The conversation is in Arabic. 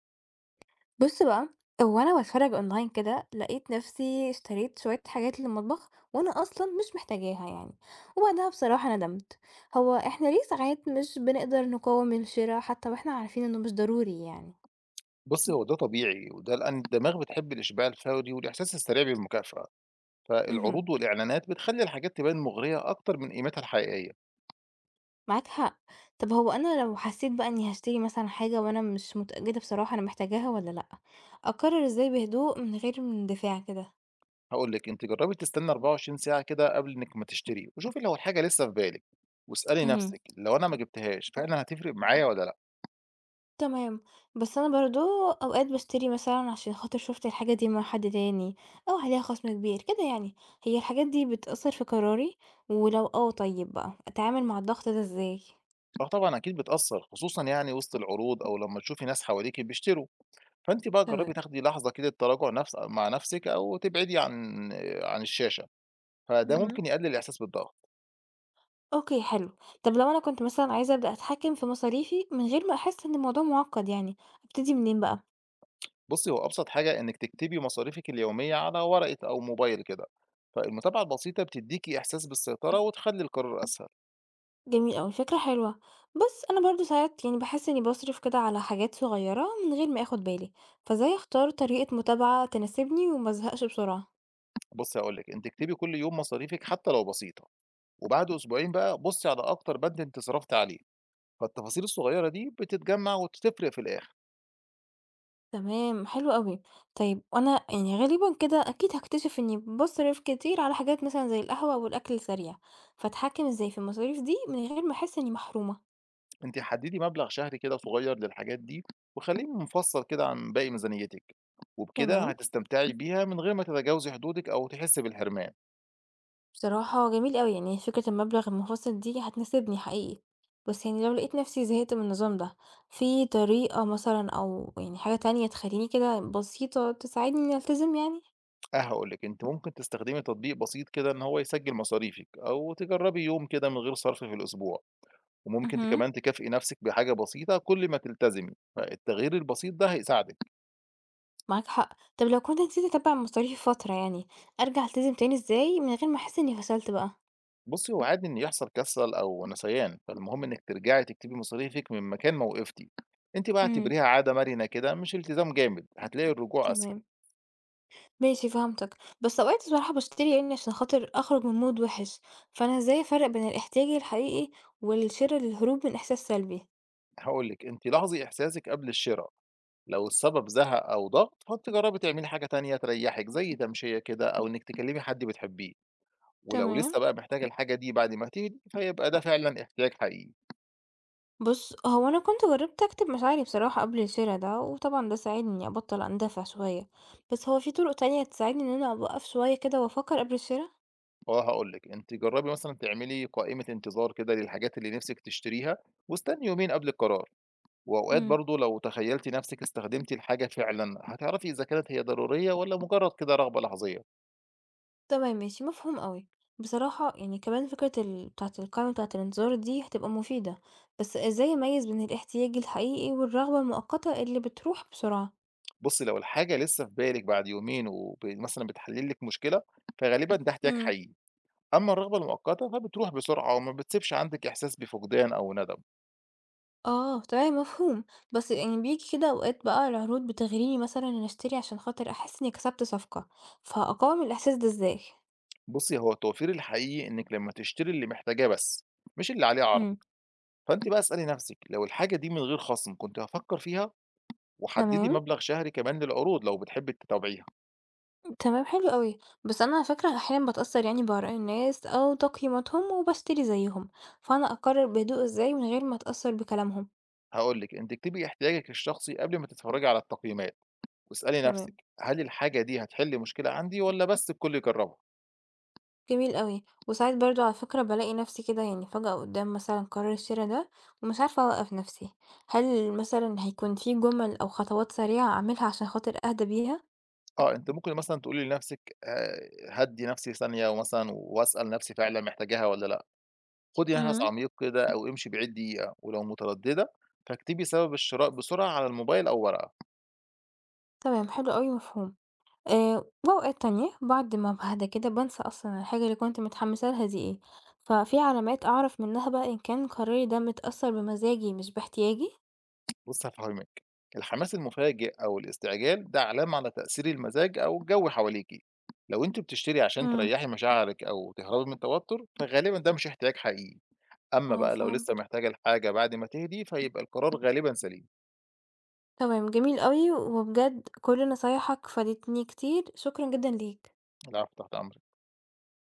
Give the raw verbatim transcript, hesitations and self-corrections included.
بُص بقى، هو أنا باتفرّج online كده، لقيت نفسي اشتريت شوية حاجات للمطبخ وأنا أصلًا مش محتاجاها يعني، وبعدها بصراحة ندمت. هو إحنا ليه ساعات مش بنقدر نقاوم الشرا حتى وإحنا عارفين إنه مش ضروري يعني؟ بُصّي، هو ده طبيعي، وده لأن الدماغ بتحب الإشباع الفوري والإحساس السريع بالمكافأة، اهم، فالعروض والإعلانات بتخلّي الحاجات تبان مغرية أكتر من قيمتها الحقيقية، معاك حق. طب هو أنا لو حسيت بقى إني هاشتري مثلًا حاجة وأنا مش متأكدة بصراحة أنا محتاجاها والّا لأ، أقرر إزاي بهدوء من غير اندفاع كده؟ هاقول لِك أنتِ جرّبي تستني أربعة وعشرين ساعة كده قبل إنِّك ما تشتري، وشوفي لو الحاجة لسه في بالِك، واسألي اهم. نفسِك لو أنا ما جبتهاش فعلًا هتفرق معايا والّا لأ؟ تمام، بس أنا برضه أوقات باشتري مثلًا عشان خاطر شُفت الحاجة دي مع حد تاني أو عليها خصم كبير كده يعني، هي الحاجات دي بتأثّر في قراري؟ ولو آه طيب بقى أتعامل مع الضغط ده إزاي؟ آه طبعًا أكيد بتأثّر، خصوصًا يعني وسط العروض أو لمّا تشوفي ناس حواليكِ بيشتروا، فأنتِ بقى تمام. جرّبي تاخدي لحظة كده تراجع نفس مع نفسِك أو تبعدي عن عن الشاشة، فده اهم. ممكن يقلل الإحساس بالضغط. أوكي حلو، طب لو أنا كنت مثلًا عايزة أبدأ أتحكم في مصاريفي من غير ما أحس إن الموضوع معقّد يعني، أبتدي منين بقى؟ بُصّي، هو أبسط حاجة إنِّك تكتبي مصاريفِك اليومية على ورقة أو موبايل كده، فالمتابعة البسيطة بتدّيكِ إحساس بالسيطرة وتخلّي القرار أسهل. جميل أوي، فكرة حلوة، بس أنا برضه ساعات يعني باحس إني باصرف كده على حاجات صغيّرة من غير ما آخُد بالي، فإزاي أختار طريقة متابعة تناسبني وما أزهقش بسرعة؟ بُصّي هاقول لِك، أنتِ اكتبي كل يوم مصاريفِك حتى لو بسيطة، وبعد أسبوعين بقى بُصّي على أكتر بند أنتِ صرفتِ عليه، فالتفاصيل الصغيرة دي بتتجمّع وبتفرق في الآخر. تمام، حلو أوي. طيب وأنا يعني غالبًا كده أكيد هاكتشف إني باصرف كتير على حاجات مثلًا زي القهوة والأكل السريع، فأتحكم إزاي في المصاريف دي من غير ما أحس إني محرومة؟ أنتِ حدّدي مبلغ شهري كده صغير للحاجات دي، وخلّيه منفصل كده عن باقي ميزانيتِك، وبكده تمام، هتستمتعي بيها من غير ما تتجاوزي حدودِك أو تحسّي بالحرمان. بصراحة جميل أوي، يعني فكرة المبلغ المنفصل دي هتناسبني حقيقي، بس يعني لو لقيت نفسي زهقت من النظام ده، في طريقة مثلًا أو يعني حاجة تانية تخليني كده بسيطة تساعدني إني ألتزم يعني؟ آه، هاقول لِك أنتِ ممكن تستخدمي تطبيق بسيط كده إن هو يسجّل مصاريفِك، أو تجرّبي يوم كده من غير صرف في الأسبوع، وممكن ت اهم، كمان تكافئي نَفْسِك بحاجة بسيطة كل ما تلتزمي، فالتغيير البسيط ده هيساعدِك. معاك حق. طب لو كنت نسيت أتابع مصاريفي فترة يعني، أرجع ألتزم تاني إزاي من غير ما أحس إني فشلت بقى؟ بُصّي، هو عادي إن يحصل كسل أو نسيان، فالمهم إنِّك ترجعي تكتبي مصاريفِك من مكان ما وقفتِ. أنتِ بقى إمم، اعتبريها عادة مرنة كده مش التزام جامد، هتلاقي الرجوع أسهل. تمام، ماشي فهمتك، بس أوقات الصراحة باشتري يعني عشان خاطر أخرج من mood وِحِش، فأنا إزاي أفرّق بين الاحتياج الحقيقي والشِرا للهروب من إحساس سلبي؟ هاقول لِك أنتِ لاحظي إحساسِك قبل الشِرا، لو السبب زهق أو ضغط، فأنتِ جرّبي تعملي حاجة تانية تريّحِك زي تمشية كده أو إنِّك تكلّمي حد بتحبيه. ولو تمام. لسه بقى محتاجة الحاجة دي بعد ما تهدي، فيبقى ده فعلًا احتياج حقيقي. بُص، هو أنا كنت جرّبت أكتب مشاعري بصراحة قبل الشِرا ده، وطبعًا ده ساعدني إني أبطّل أندفع شوية، بس هو في طُرق تانية تساعدني إن أنا أوقّف شوية كده وأفكّر قبل الشِرا؟ فهاقول لِك، أنتِ جرّبي مثلًا تعملي قائمة انتظار كده للحاجات اللي نِفْسِك تشتريها، واستني يومين قبل القرار. وأوقات إمم. برضه لو تخيّلتِ نَفْسِك استخدمتِ الحاجة فعلًا، هتعرفي إذا كانت هي ضرورية والّا مجرد كده رغبة لحظية. تمام ماشي، مفهوم أوي. بصراحة يعني كمان فكرة ال بتاعة القائمة بتاعة الانتظار دي هتبقى مفيدة، بس إزاي أميز بين الاحتياج الحقيقي والرغبة المؤقتة اللي بتروح بسرعة؟ بُصّي، لو الحاجة لسه في بالِك بعد يومين وب مثلًا بتحل لِك مشكلة، فغالبًا ده احتياج امم. حقيقي. أمّا الرغبة المؤقتة فبتروح بسرعة وما بتسيبش عندِك إحساس بفقدان أو ندم. آه تمام مفهوم، بس يعني بيجي كده أوقات بقى العروض بتغريني مثلا إن أشتري عشان خاطر أحس إني كسبت صفقة، فأقاوم الإحساس ده إزاي؟ بُصّي، هو التوفير الحقيقي إنِّك لمّا تشتري اللي محتاجاه بس، مش اللي عليه عرض، امم. فأنتِ بقى اسألي نَفْسِك لو الحاجة دي من غير خَصْم كنت هافكّر فيها؟ وحدّدي تمام مبلغ شهري كمان للعروض لو بتحبّي تتابعيها. تمام حلو قوي، بس انا على فكره احيانا بتاثر يعني باراء الناس او تقييماتهم وبشتري زيهم، فانا اقرر بهدوء ازاي من غير ما اتاثر بكلامهم؟ هاقول لِك أنتِ اكتبي احتياجِك الشخصي قبل ما تتفرّجي على التقييمات، واسألي تمام، نَفْسِك هل الحاجة دي هتحِل مشكلة عندي والّا بس الكل يجرّبها؟ جميل أوي، وساعات برضه على فكرة بالاقي نفسي كده يعني فجأة قدّام مثلًا قرار الشرا ده، ومش عارفة أوقّف نفسي، هل مثلًا هيكون في جُمل أو خطوات سريعة أعملها عشان خاطر أهدى بيها؟ آه، أنتِ ممكن مثلًا تقولي لنَفْسِك آآ هادّي نَفْسي ثانية ومثلًا واسأل نَفْسي فعلًا محتاجاها والّا لأ. خُدي نفس إمم. عميق كده أو امشي بعيد دقيقة، ولو مترددة فاكتبي سبب الشراء بسرعة على الموبايل أو ورقة. تمام، حلو أوي، مفهوم. آآ، وأوقات تانية بعد ما باهدى كده بانسى أصلًا الحاجة اللي كنت متحمسة لها دي إيه، ففي علامات أعرف منها بقى إن كان قراري ده متأثر بمزاجي مش باحتياجي؟ بُصّي هافهمِك، الحماس المفاجئ أو الاستعجال ده علامة على تأثير المزاج أو الجو حواليكِ. لو أنتِ بتشتري عشان إمم. تريحي مشاعرِك أو تهربي من التوتر، فغالبًا ده مش احتياج حقيقي. أمّا آه، بقى لو فهمت، لسه محتاجة الحاجة بعد ما تهدي، فيبقى القرار غالبًا سليم. تمام، جميل أوي، وبجد كل نصايحك فادتني كتير، شكرًا جدًا ليك. العفو، تحت أمرِك.